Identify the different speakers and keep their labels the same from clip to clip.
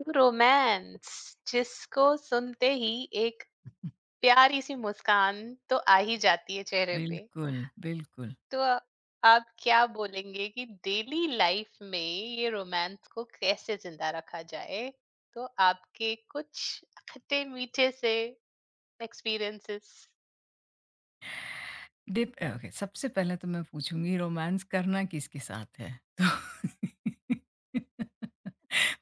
Speaker 1: तो रोमांस जिसको सुनते ही एक प्यारी सी मुस्कान तो आ ही जाती है चेहरे पे.
Speaker 2: बिल्कुल, बिल्कुल।
Speaker 1: तो आ- आप क्या बोलेंगे कि डेली लाइफ में ये रोमांस को कैसे जिंदा रखा जाए? तो आपके कुछ खट्टे मीठे से एक्सपीरियंसेस.
Speaker 2: ओके सबसे पहले तो मैं पूछूँगी रोमांस करना किसके साथ है? तो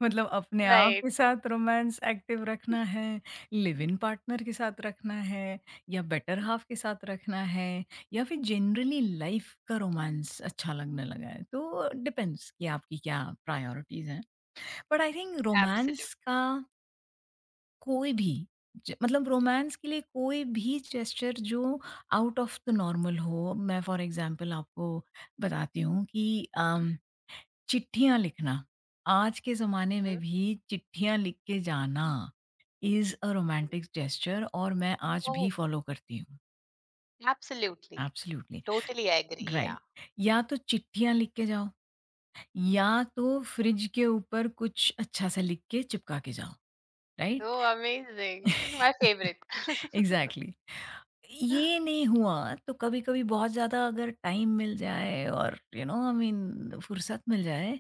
Speaker 2: मतलब अपने आप
Speaker 1: Right,
Speaker 2: के साथ रोमांस एक्टिव रखना है, लिव इन पार्टनर के साथ रखना है या बेटर हाल्फ के साथ रखना है या फिर जनरली लाइफ़ का रोमांस अच्छा लगने लगा है? तो डिपेंड्स कि आपकी क्या प्रायोरिटीज़ हैं। But I think
Speaker 1: absolutely.
Speaker 2: Romance का कोई भी मतलब रोमांस के लिए कोई भी जेस्चर जो आउट ऑफ द नॉर्मल हो, मैं फॉर एग्जांपल आपको बताती हूँ कि अम, चिट्ठियाँ लिखना, आज के ज़माने में
Speaker 1: Mhm.
Speaker 2: भी चिट्ठियाँ लिख के जाना इज़ अ रोमांटिक जेस्चर और मैं आज
Speaker 1: ओह,
Speaker 2: भी फॉलो करती हूँ।
Speaker 1: Absolutely.
Speaker 2: Absolutely.
Speaker 1: Totally agree, yeah.
Speaker 2: Right, या तो चिट्ठियाँ लिख के जाओ या तो फ्रिज के ऊपर कुछ अच्छा सा लिख के चिपका के जाओ। Right.
Speaker 1: Oh amazing, my favourite.
Speaker 2: Exactly. ये नहीं हुआ तो कभी-कभी बहुत ज़्यादा अगर टाइम मिल जाए और यू नो आई मीन फुर्सत मिल जाए,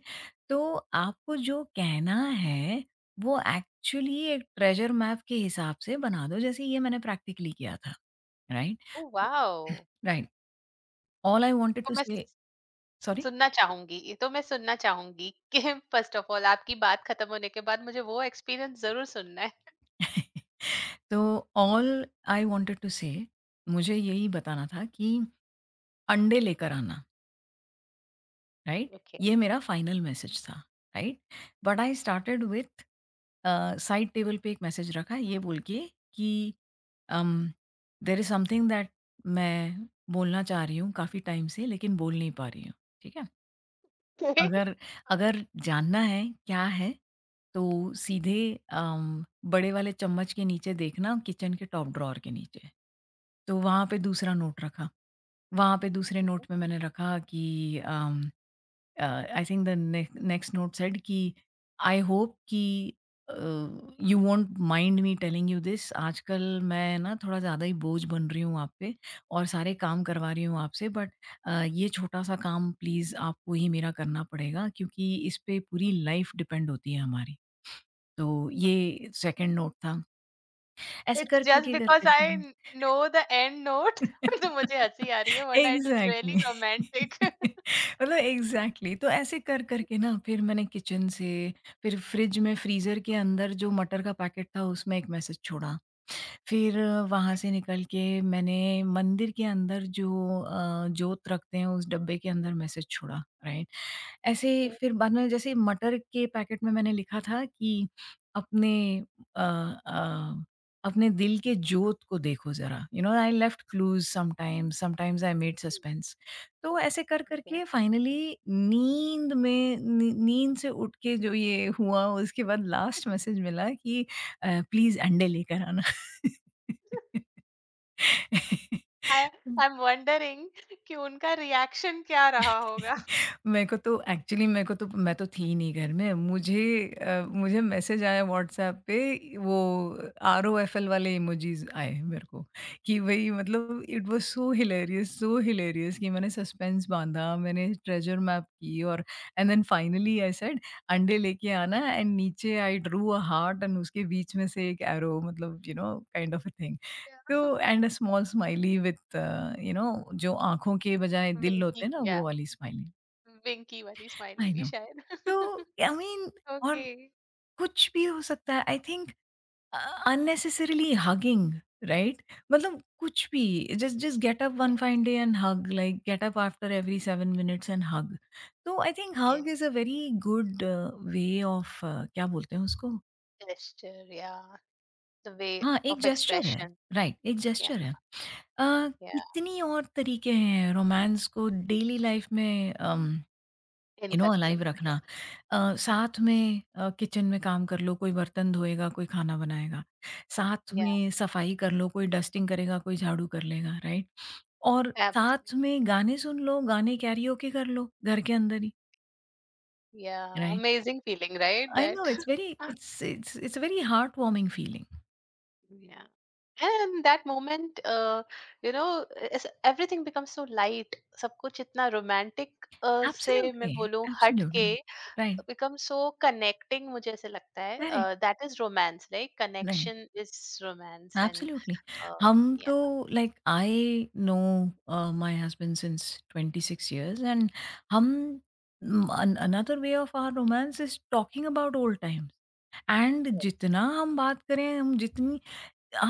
Speaker 2: तो आपको जो कहना है वो एक्चुअली एक ट्रेजर मैप के हिसाब से बना दो, जैसे ये मैंने प्रैक्टिकली किया था, right?
Speaker 1: Oh wow.
Speaker 2: Right, all I wanted to say. Sorry?
Speaker 1: सुनना चाहूँगी, तो मैं सुनना चाहूँगी कि फर्स्ट ऑफ ऑल आपकी बात खत्म होने के बाद मुझे वो एक्सपीरियंस ज़रूर सुनना है।
Speaker 2: तो ऑल आई वांटेड टू से, मुझे यही बताना था कि अंडे लेकर आना। Right,
Speaker 1: okay.
Speaker 2: ये मेरा फाइनल मैसेज था। Right, but I started with side table पे एक मैसेज रखा, ये बोल के कि देर इज समथिंग दैट मैं बोलना चाह रही हूँ काफ़ी टाइम से, लेकिन बोल नहीं पा रही हूँ। ठीक है, अगर
Speaker 1: ओके,
Speaker 2: अगर जानना है क्या है, तो सीधे बड़े वाले चम्मच के नीचे देखना किचन के टॉप ड्रॉर के नीचे। तो वहाँ पे दूसरा नोट रखा। वहाँ पे दूसरे नोट में मैंने रखा कि I think the next note said कि आई होप कि you won't mind me telling you this, आजकल मैं ना थोड़ा ज़्यादा ही बोझ बन रही हूँ आप पे और सारे काम करवा रही हूँ आपसे, बट ये छोटा सा काम प्लीज़ आपको ही मेरा करना पड़ेगा, क्योंकि इस पे पूरी लाइफ डिपेंड होती है हमारी। तो ये सेकंड नोट था। ऐसे
Speaker 1: इट्स जस्ट
Speaker 2: कर
Speaker 1: बिकॉज़
Speaker 2: करके
Speaker 1: I know the end note. तो मुझे हँसी आ रही है वरना it is really
Speaker 2: exactly
Speaker 1: romantic.
Speaker 2: मतलब एग्ज़ैक्टली। तो ऐसे कर, कर के ना, फिर मैंने किचन से, फिर फ्रिज में फ्रीज़र के अंदर जो मटर का पैकेट था उसमें एक मैसेज छोड़ा। फिर वहाँ से निकल के मैंने मंदिर के अंदर जो जोत रखते हैं उस डब्बे के अंदर मैसेज छोड़ा, राइट? ऐसे ही
Speaker 1: ओके.
Speaker 2: फिर बाद में जैसे मटर के पैकेट में मैंने लिखा था कि अपने अ अ, अपने दिल के जोत को देखो ज़रा, you know I left clues sometimes, sometimes I made suspense. तो ऐसे कर कर के फाइनली नींद में नी नींद से उठ के जो ये हुआ, उसके बाद लास्ट मैसेज मिला कि प्लीज़ अंडे लेकर आना।
Speaker 1: आई आई एम वंडरिंग कि उनका रिएक्शन क्या रहा होगा?
Speaker 2: मेरे को तो एक्चुअली, मेरे को तो मैं तो थी नहीं घर में। मुझे मैसेज आया व्हाट्सएप पे, वो आरओएफएल वाले इमोजीज़ आए मेरे को, कि वही मतलब इट वाज़ सो हिलेरियस कि मैंने सस्पेंस बाँधा, मैंने ट्रेजर मैप की और and then finally I said अंडे लेके आना, एंड नीचे I drew a heart and उसके बीच में से एक एरो, मतलब you know kind of a thing. तो and a small smiley with you know जो आँखों के बजाय दिल होते
Speaker 1: विंकी,
Speaker 2: हैं ना,
Speaker 1: या
Speaker 2: वो वाली स्माइली।
Speaker 1: विंकी वाली स्माइली
Speaker 2: आई
Speaker 1: भी
Speaker 2: नो।
Speaker 1: शायद।
Speaker 2: तो आई मीन और
Speaker 1: ओके.
Speaker 2: कुछ भी हो सकता है I think, unnecessarily hugging, right? मतलब कुछ भी, just just get up one
Speaker 1: yes.
Speaker 2: Fine day and hug, like get up after every 7 minutes and hug. तो I think hug is a
Speaker 1: yes,
Speaker 2: very good way of, क्या बोलते हैं उसको?
Speaker 1: Gesture, या the way
Speaker 2: हाँ, एक
Speaker 1: of
Speaker 2: gesture है।
Speaker 1: Expression.
Speaker 2: Right, right, एक जेस्चर
Speaker 1: Yeah,
Speaker 2: है। अ,
Speaker 1: yeah,
Speaker 2: कितनी और तरीके हैं रोमांस को डेली लाइफ में
Speaker 1: in
Speaker 2: you know
Speaker 1: Kankana,
Speaker 2: alive रखना।
Speaker 1: yes.
Speaker 2: साथ में किचन में काम कर लो, कोई बर्तन धोएगा कोई खाना बनाएगा, साथ
Speaker 1: Yeah,
Speaker 2: में सफाई कर लो, कोई डस्टिंग करेगा कोई झाड़ू कर लेगा, राइट। और साथ
Speaker 1: absolutely.
Speaker 2: में गाने सुन लो, गाने कैरियोके कर लो घर के अंदर ही।
Speaker 1: Yeah,
Speaker 2: right,
Speaker 1: amazing feeling, right?
Speaker 2: I
Speaker 1: That
Speaker 2: know it's very, it's it's it's very heart warming feeling.
Speaker 1: Yeah. And that moment, you know, is everything becomes so light. सब कुछ इतना romantic, से मैं
Speaker 2: एब्सोल्युटली,
Speaker 1: बोलूं हट के
Speaker 2: absolutely. Right,
Speaker 1: becomes so connecting, मुझे ऐसे लगता है.
Speaker 2: Correct,
Speaker 1: That is romance, right? Connection is romance, and
Speaker 2: absolutely. हम
Speaker 1: yeah,
Speaker 2: तो like I know, my husband since 26 years and हम, म अन another way of our romance is talking about old times, and जितना हम बात करें,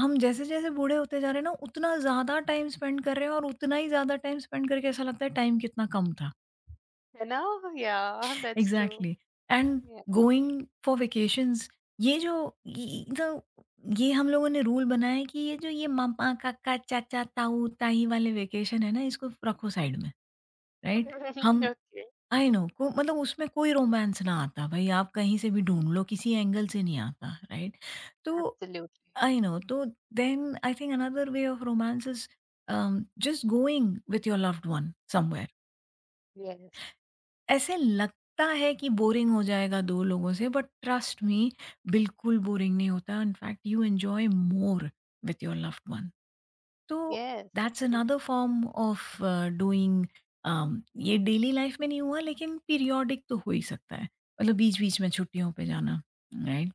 Speaker 2: हम जैसे-जैसे बूढ़े होते जा रहे हैं ना, उतना ज़्यादा टाइम स्पेंड कर रहे हैं, और उतना ही ज़्यादा टाइम स्पेंड करके ऐसा लगता है टाइम कितना कम था।
Speaker 1: yeah, that's true.
Speaker 2: Exactly and
Speaker 1: Yeah.
Speaker 2: Going for vacations, ये जो ये तो ये हम लोगों ने रूल बनाया है कि ये जो ये मामा काका चाचा ताऊ ताई वाले वेकेशन है ना, इसको रखो साइड में। राइट, हम
Speaker 1: Okay.
Speaker 2: आई नो को मतलब उसमें कोई रोमांस ना आता, भाई आप कहीं से भी ढूंढ लो, किसी एंगल से नहीं आता, राइट? तो
Speaker 1: Absolutely.
Speaker 2: आई नो, तो then I think another way of romance is just going with your loved one somewhere.
Speaker 1: Yes.
Speaker 2: ऐसे लगता है कि बोरिंग हो जाएगा 2 लोगों से, बट ट्रस्ट मी, बिल्कुल बोरिंग नहीं होता, in fact you enjoy more with your loved one. तो
Speaker 1: yes,
Speaker 2: that's
Speaker 1: absolutely.
Speaker 2: Another form of doing, ये डेली लाइफ में नहीं हुआ, लेकिन पीरियोडिक तो हो ही सकता है। मतलब बीच-बीच में छुट्टियों पे जाना, राइट?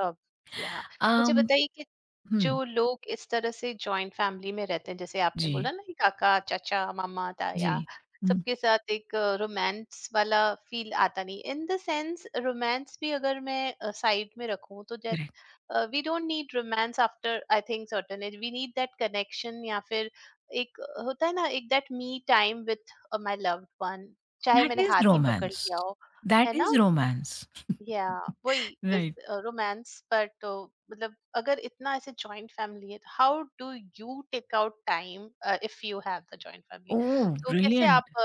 Speaker 1: लव, या मुझे
Speaker 2: अम
Speaker 1: बताइए कि
Speaker 2: हुँ,
Speaker 1: जो लोग इस तरह से जॉइंट फैमिली में रहते हैं, जैसे आपने
Speaker 2: जी,
Speaker 1: बोला ना कि काका, चाचा, मामा,
Speaker 2: जी।
Speaker 1: ताया
Speaker 2: हुँ,
Speaker 1: सबके साथ एक रोमांस वाला फील आता नहीं। इन द सेंस रोमांस भी अगर मैं साइड में रखूँ तो that,
Speaker 2: correct.
Speaker 1: We don't need romance after I think certain age, we need that connection या फिर एक होता है ना, एक that me time with my loved one, चाहे
Speaker 2: दैट
Speaker 1: मैंने
Speaker 2: इज़
Speaker 1: हाथ ही पकड़
Speaker 2: रोमांस,
Speaker 1: लिया हो, है
Speaker 2: दैट
Speaker 1: ना?
Speaker 2: इज़ रोमांस,
Speaker 1: या वही
Speaker 2: राइट।
Speaker 1: रोमांस, बट मतलब अगर इतना ऐसे जॉइंट फैमिली है तो how do you take out time if you have the joint family.
Speaker 2: Oh!
Speaker 1: तो कैसे आप
Speaker 2: ब्रिलियंट।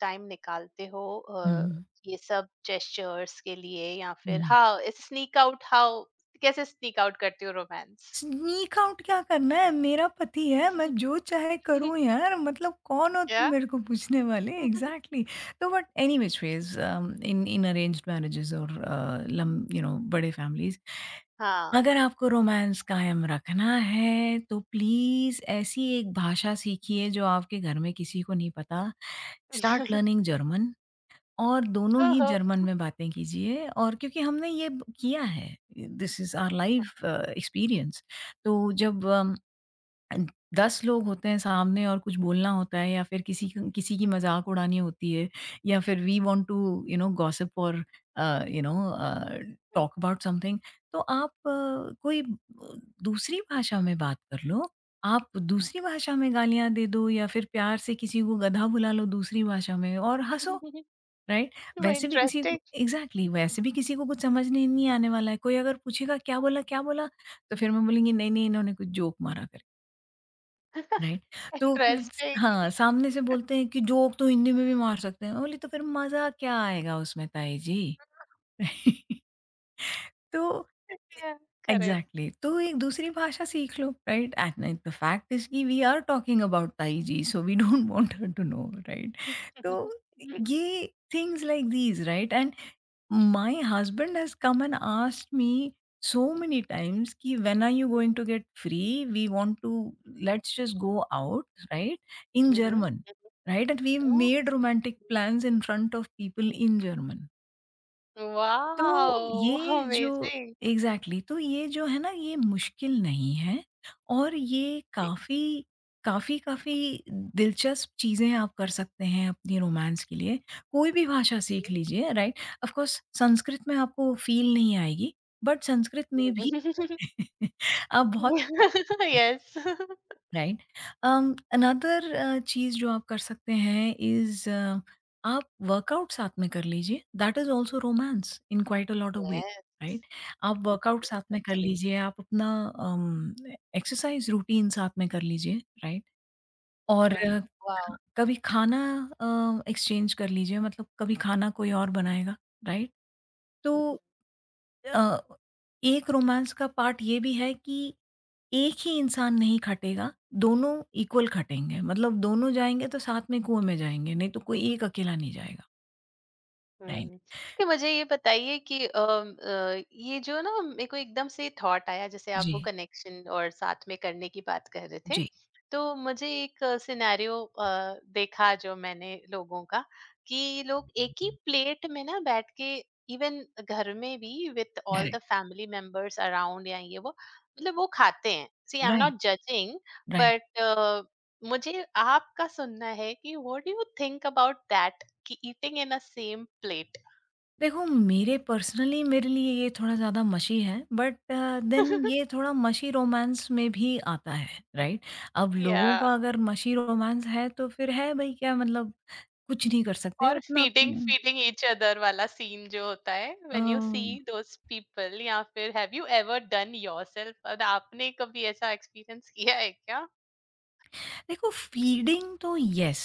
Speaker 1: टाइम निकालते हो,
Speaker 2: हुँ,
Speaker 1: ये सब जेस्चर्स के लिए, या फिर
Speaker 2: हुँ।
Speaker 1: हाउ ऐसे स्नीक आउट, हाउ कैसे स्नीक आउट करती हो रोमांस?
Speaker 2: स्नीक आउट क्या करना है? मेरा पति है, मैं जो चाहे करूँ यार, मतलब कौन हो तुम
Speaker 1: yeah.
Speaker 2: मेरे को पूछने वाले? एग्ज़ैक्टली। तो but any which ways in in arranged marriages और अ, लम यू नो बड़े फैमिलीज़,
Speaker 1: हाँ.
Speaker 2: अगर आपको रोमांस कायम रखना है, तो प्लीज़ ऐसी एक भाषा सीखिए जो आपके घर में किसी को नहीं पता। Start learning German. और दोनों ही
Speaker 1: ओहो.
Speaker 2: जर्मन में बातें कीजिए, और क्योंकि हमने ये ब किया है, this is our life experience. तो जब 10 लोग होते हैं सामने और कुछ बोलना होता है, या फिर किसी की मज़ाक उड़ानी होती है, या फिर we want to you know gossip और uh, you know uh, talk about something, तो आप कोई दूसरी भाषा में बात कर लो। आप दूसरी भाषा में गालियाँ दे दो, या फिर प्यार से किसी को गधा बुला लो दूसरी भाषा में और हँसो। राइट? वैसे भी किसी को
Speaker 1: इंटरेस्टिंग.
Speaker 2: एग्ज़ैक्टली, वैसे भी किसी को कुछ समझ नहीं नहीं आने वाला है। कोई अगर पूछेगा क्या बोला, क्या बोला? तो फिर मैं बोलूँगी नहीं-नहीं इन्होंने कुछ जोक मारा करके, राइट? तो फिर
Speaker 1: इंटरेस्टिंग.
Speaker 2: हाँ, सामने से बोलते हैं कि जोक तो हिंदी में भी मार सकते हैं। मैं बोली तो फिर मज़ा क्या आएगा उसमें ताई जी? तो
Speaker 1: करेक्ट.
Speaker 2: एग्ज़ैक्टली, तो एक दूसरी भाषा सीख लो, right? And the fact is कि we are talking about tai ji, so we don't want her to know, right? तो ये things like these, right? And My husband has come and asked me so many times ki, "When are you going to get free? We want to let's just go out," right? In German, right? And we've
Speaker 1: Oh.
Speaker 2: made romantic plans in front of people in German. तो
Speaker 1: Wow!
Speaker 2: ये जो
Speaker 1: Amazing.
Speaker 2: Exactly, तो ये जो है ना, ये मुश्किल नहीं है और ये काफ़ी, काफ़ी, काफ़ी दिलचस्प चीज़ें आप कर सकते हैं अपनी रोमांस के लिए। कोई भी भाषा सीख लीजिए, राइट? ऑफ़ कोर्स संस्कृत में आपको फ़ील नहीं आएगी, बट संस्कृत में भी आप बहुत।
Speaker 1: Yes. Yes.
Speaker 2: राइट, अनदर चीज जो आप कर सकते हैं इज, आप वर्कआउट साथ में कर लीजिए, that is also romance in quite a lot of ways. Right, आप वर्कआउट
Speaker 1: Yes,
Speaker 2: साथ में कर
Speaker 1: absolutely.
Speaker 2: लीजिए, आप अपना एक्सरसाइज रूटीन साथ में कर लीजिए, राइट, और
Speaker 1: Wow. Wow.
Speaker 2: कभी खाना एक्सचेंज कर लीजिए, मतलब कभी खाना कोई और बनाएगा, राइट। तो अ, एक रोमांस का पार्ट ये भी है कि एक ही इंसान नहीं खटेगा, दोनों इक्वल खटेंगे, मतलब दोनों जाएँगे तो साथ में कुएँ में जाएँगे, नहीं तो कोई एक अकेला नहीं जाएगा, राइट?
Speaker 1: हुँ। कि मुझे ये बताइए कि ये जो ना मेरे को एकदम से थॉट आया जैसे आप वो
Speaker 2: जी,
Speaker 1: कनेक्शन और साथ में करने की बात कर रहे थे।
Speaker 2: जी,
Speaker 1: तो मुझे एक सिनेरियो देखा जो मैंने लोगों का, कि लोग एक ही प्लेट में ना बैठ के, इवन घर में भी with all the
Speaker 2: correct,
Speaker 1: family members around या ये वो, मतलब वो खाते हैं। See, I am
Speaker 2: right,
Speaker 1: not judging,
Speaker 2: right.
Speaker 1: But मुझे आपका सुनना है कि what do you think about that, eating in a same plate.
Speaker 2: देखो मेरे पर्सनली मेरे लिए ये थोड़ा ज़्यादा मशी है, बट देन ये थोड़ा मशी रोमांस में भी आता है, राइट? अब लोगों
Speaker 1: Yeah.
Speaker 2: का अगर मशी रोमांस है तो फिर है भई क्या मतलब, कुछ नहीं कर सकते
Speaker 1: और फीडिंग
Speaker 2: अपना-अपना।
Speaker 1: फीडिंग each अदर वाला सीन जो होता है
Speaker 2: uh
Speaker 1: when you see those people, या फिर have you ever done yourself, और आपने कभी ऐसा एक्सपीरियंस किया है क्या?
Speaker 2: देखो फीडिंग तो यस,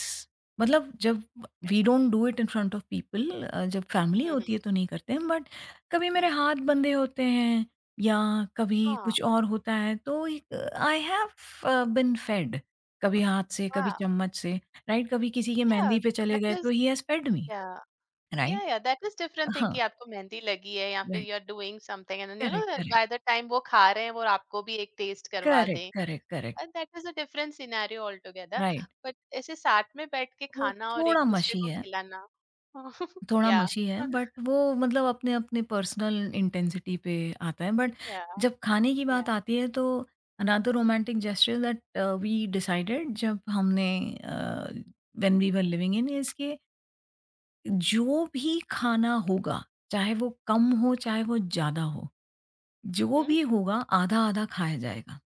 Speaker 2: मतलब जब we don't do it in front of people, जब फैमिली
Speaker 1: हम्म.
Speaker 2: होती है तो नहीं करते हैं, बट कभी मेरे
Speaker 1: हम्म.
Speaker 2: हाथ बंधे होते हैं या कभी
Speaker 1: हाँ.
Speaker 2: कुछ और होता है, तो आई हैव बिन फेड, कभी हाथ से कभी चम्मच से, राइट। कभी किसी की
Speaker 1: या
Speaker 2: मेहंदी पे
Speaker 1: या
Speaker 2: चले
Speaker 1: दैट
Speaker 2: गए तो
Speaker 1: is,
Speaker 2: he has fed me,
Speaker 1: yeah yeah
Speaker 2: right.
Speaker 1: या दैट इज डिफरेंट थिंग
Speaker 2: हाँ,
Speaker 1: कि आपको मेहंदी लगी है या फिर
Speaker 2: right,
Speaker 1: you are doing something and you
Speaker 2: correct,
Speaker 1: no,
Speaker 2: correct,
Speaker 1: by the time वो खा रहे हैं वो आपको भी एक टेस्ट करवा
Speaker 2: करेक्ट,
Speaker 1: दें,
Speaker 2: correct, correct,
Speaker 1: and that was a different scenario altogether.
Speaker 2: Right.
Speaker 1: But ऐसे साथ में बैठ के
Speaker 2: वो
Speaker 1: खाना और एक
Speaker 2: थोड़ा
Speaker 1: दूसरे
Speaker 2: मशी
Speaker 1: को
Speaker 2: है,
Speaker 1: खिलाना.
Speaker 2: थोड़ा
Speaker 1: Yeah.
Speaker 2: मशी है, बट वो मतलब अपने-अपने पर्सनल इंटेंसिटी पे आता है, बट
Speaker 1: Yeah.
Speaker 2: जब खाने की
Speaker 1: Yeah.
Speaker 2: बात आती है तो another romantic gesture that we decided जब हमने when we were living in is के, जो भी खाना होगा, चाहे वो कम हो, चाहे वो ज़्यादा हो, जो
Speaker 1: Hmm?
Speaker 2: भी होगा आधा-आधा खाया जाएगा।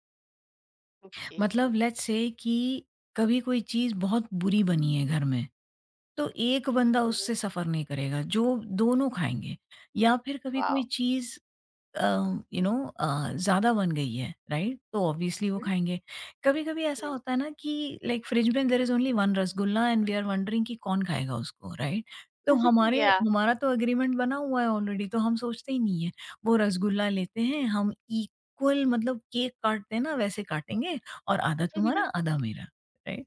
Speaker 2: मतलब
Speaker 1: Okay.
Speaker 2: लेट्स से कि कभी कोई चीज़ बहुत बुरी बनी है घर में, तो एक बंदा
Speaker 1: Mhm.
Speaker 2: उससे सफ़र नहीं करेगा, जो दोनों खाएँगे, या फिर कभी कोई
Speaker 1: Wow.
Speaker 2: चीज़ अ, ज़्यादा बन गई है, राइट? तो ऑब्वियसली वो
Speaker 1: Mhm.
Speaker 2: खाएँगे। कभी-कभी ऐसा
Speaker 1: Mhm.
Speaker 2: होता है ना कि लाइक फ्रिज में there is only 1 rasgulla and we are wondering कि कौन खाएगा उसको, राइट? तो हमारे
Speaker 1: Yeah.
Speaker 2: हमारा तो एग्रीमेंट बना हुआ है ऑलरेडी, तो हम सोचते ही नहीं है। वो रसगुल्ला लेते हैं, हम इक्वल मतलब केक काटते हैं ना वैसे काटेंगे, और आधा तुम्हारा, आधा मेरा, राइट?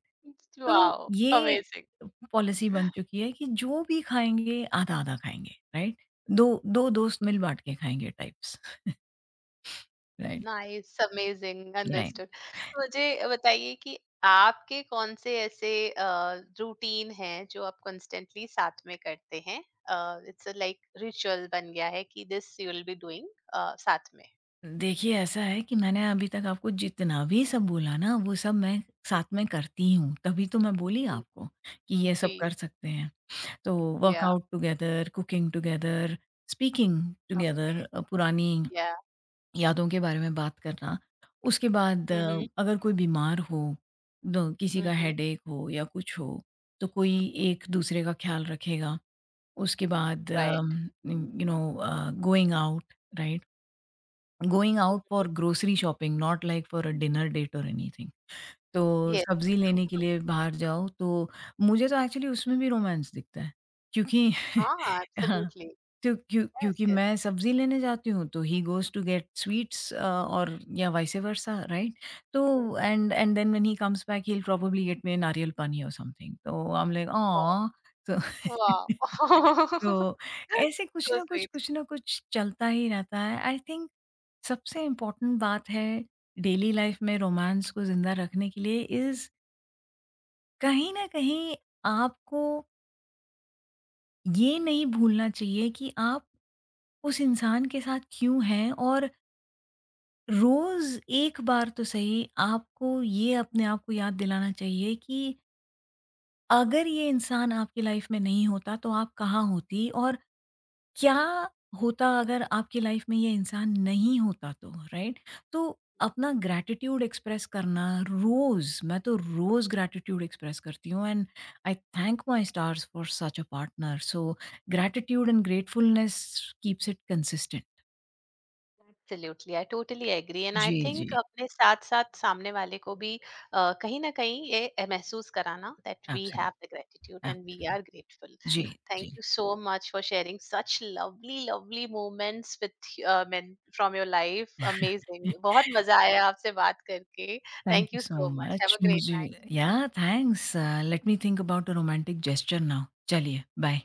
Speaker 2: तो
Speaker 1: Wow.
Speaker 2: ये एक
Speaker 1: Amazing.
Speaker 2: पॉलिसी बन चुकी है कि जो भी खाएँगे आधा-आधा खाएँगे, राइट? 2 2 दोस्त मिल बाँट के खाएँगे types, right,
Speaker 1: nice, amazing,
Speaker 2: right.
Speaker 1: Understood. मुझे बताइए कि आपके कौन से ऐसे रूटीन हैं जो आप कंस्टेंटली साथ में करते हैं, इट्स लाइक रिचुअल बन गया है कि this you will be doing साथ में.
Speaker 2: देखिए ऐसा है कि मैंने अभी तक आपको जितना भी सब बोला ना वो सब मैं साथ में करती हूँ, तभी तो मैं बोली
Speaker 1: Mm.
Speaker 2: आपको कि ये सब
Speaker 1: जी.
Speaker 2: कर सकते हैं। तो
Speaker 1: Yeah,
Speaker 2: workout together, cooking together, speaking together,
Speaker 1: okay,
Speaker 2: पुरानी
Speaker 1: yeah.
Speaker 2: यादों के बारे में बात करना। उसके बाद
Speaker 1: Mhm,
Speaker 2: अगर कोई बीमार हो, द किसी का
Speaker 1: mhm.
Speaker 2: हेडेक हो या कुछ हो, तो कोई एक दूसरे का ख़्याल रखेगा। उसके बाद
Speaker 1: Right.
Speaker 2: You know going out, right? Going out
Speaker 1: Mhm.
Speaker 2: For grocery shopping, not like for a dinner date और एनीथिंग। तो
Speaker 1: Yes.
Speaker 2: सब्ज़ी लेने के लिए बाहर जाओ तो, मुझे तो एक्चुअली उसमें भी रोमांस दिखता है। क्योंकि
Speaker 1: Ah,
Speaker 2: हाँ।
Speaker 1: absolutely.
Speaker 2: तो क्यों,
Speaker 1: Yes,
Speaker 2: क्योंकि
Speaker 1: yes.
Speaker 2: मैं सब्ज़ी लेने जाती हूँ तो he goes to get sweets और या वाइस वर्सा, राइट? तो
Speaker 1: Mhm.
Speaker 2: And and then when he comes back he will probably get me nariyal pani और समथिंग, तो I am like
Speaker 1: Wow,
Speaker 2: oh! तो
Speaker 1: wow.
Speaker 2: तो ऐसे
Speaker 1: So sweet.
Speaker 2: कुछ ना कुछ चलता ही रहता है। आई थिंक सबसे इम्पोर्टेंट बात है, डेली लाइफ़ में रोमांस को ज़िंदा रखने के लिए इज़, कहीं न कहीं आपको ये नहीं भूलना चाहिए कि आप उस इंसान के साथ क्यों हैं, और रोज एक बार तो सही आपको ये अपने आप को याद दिलाना चाहिए कि अगर ये इंसान आपकी लाइफ में नहीं होता तो आप कहाँ होती और क्या होता अगर आपकी लाइफ में ये इंसान नहीं होता तो, राइट? तो अपना ग्रैटिट्यूड एक्सप्रेस करना रोज, मैं तो रोज ग्रैटिट्यूड एक्सप्रेस करती हूँ and I thank my stars for such a partner. So gratitude and gratefulness keeps it consistent.
Speaker 1: Absolutely, I totally agree, and I
Speaker 2: जी,
Speaker 1: थिंक
Speaker 2: जी।
Speaker 1: अपने साथ साथ सामने वाले को भी, कहीं ना कहीं ये, महसूस कराना that we
Speaker 2: absolute,
Speaker 1: have the gratitude and we
Speaker 2: एब
Speaker 1: आर ग्रेटफुल.
Speaker 2: जी,
Speaker 1: थैंक
Speaker 2: जी।
Speaker 1: You so much for sharing such lovely lovely moments with men from your life. Amazing, बहुत मजा आया आपसे बात करके.
Speaker 2: Thank
Speaker 1: thank
Speaker 2: you
Speaker 1: you
Speaker 2: so
Speaker 1: so मच, have
Speaker 2: much.
Speaker 1: A great night.
Speaker 2: मुझे yeah, thanks. Let me think about a romantic gesture now. चलिए, bye.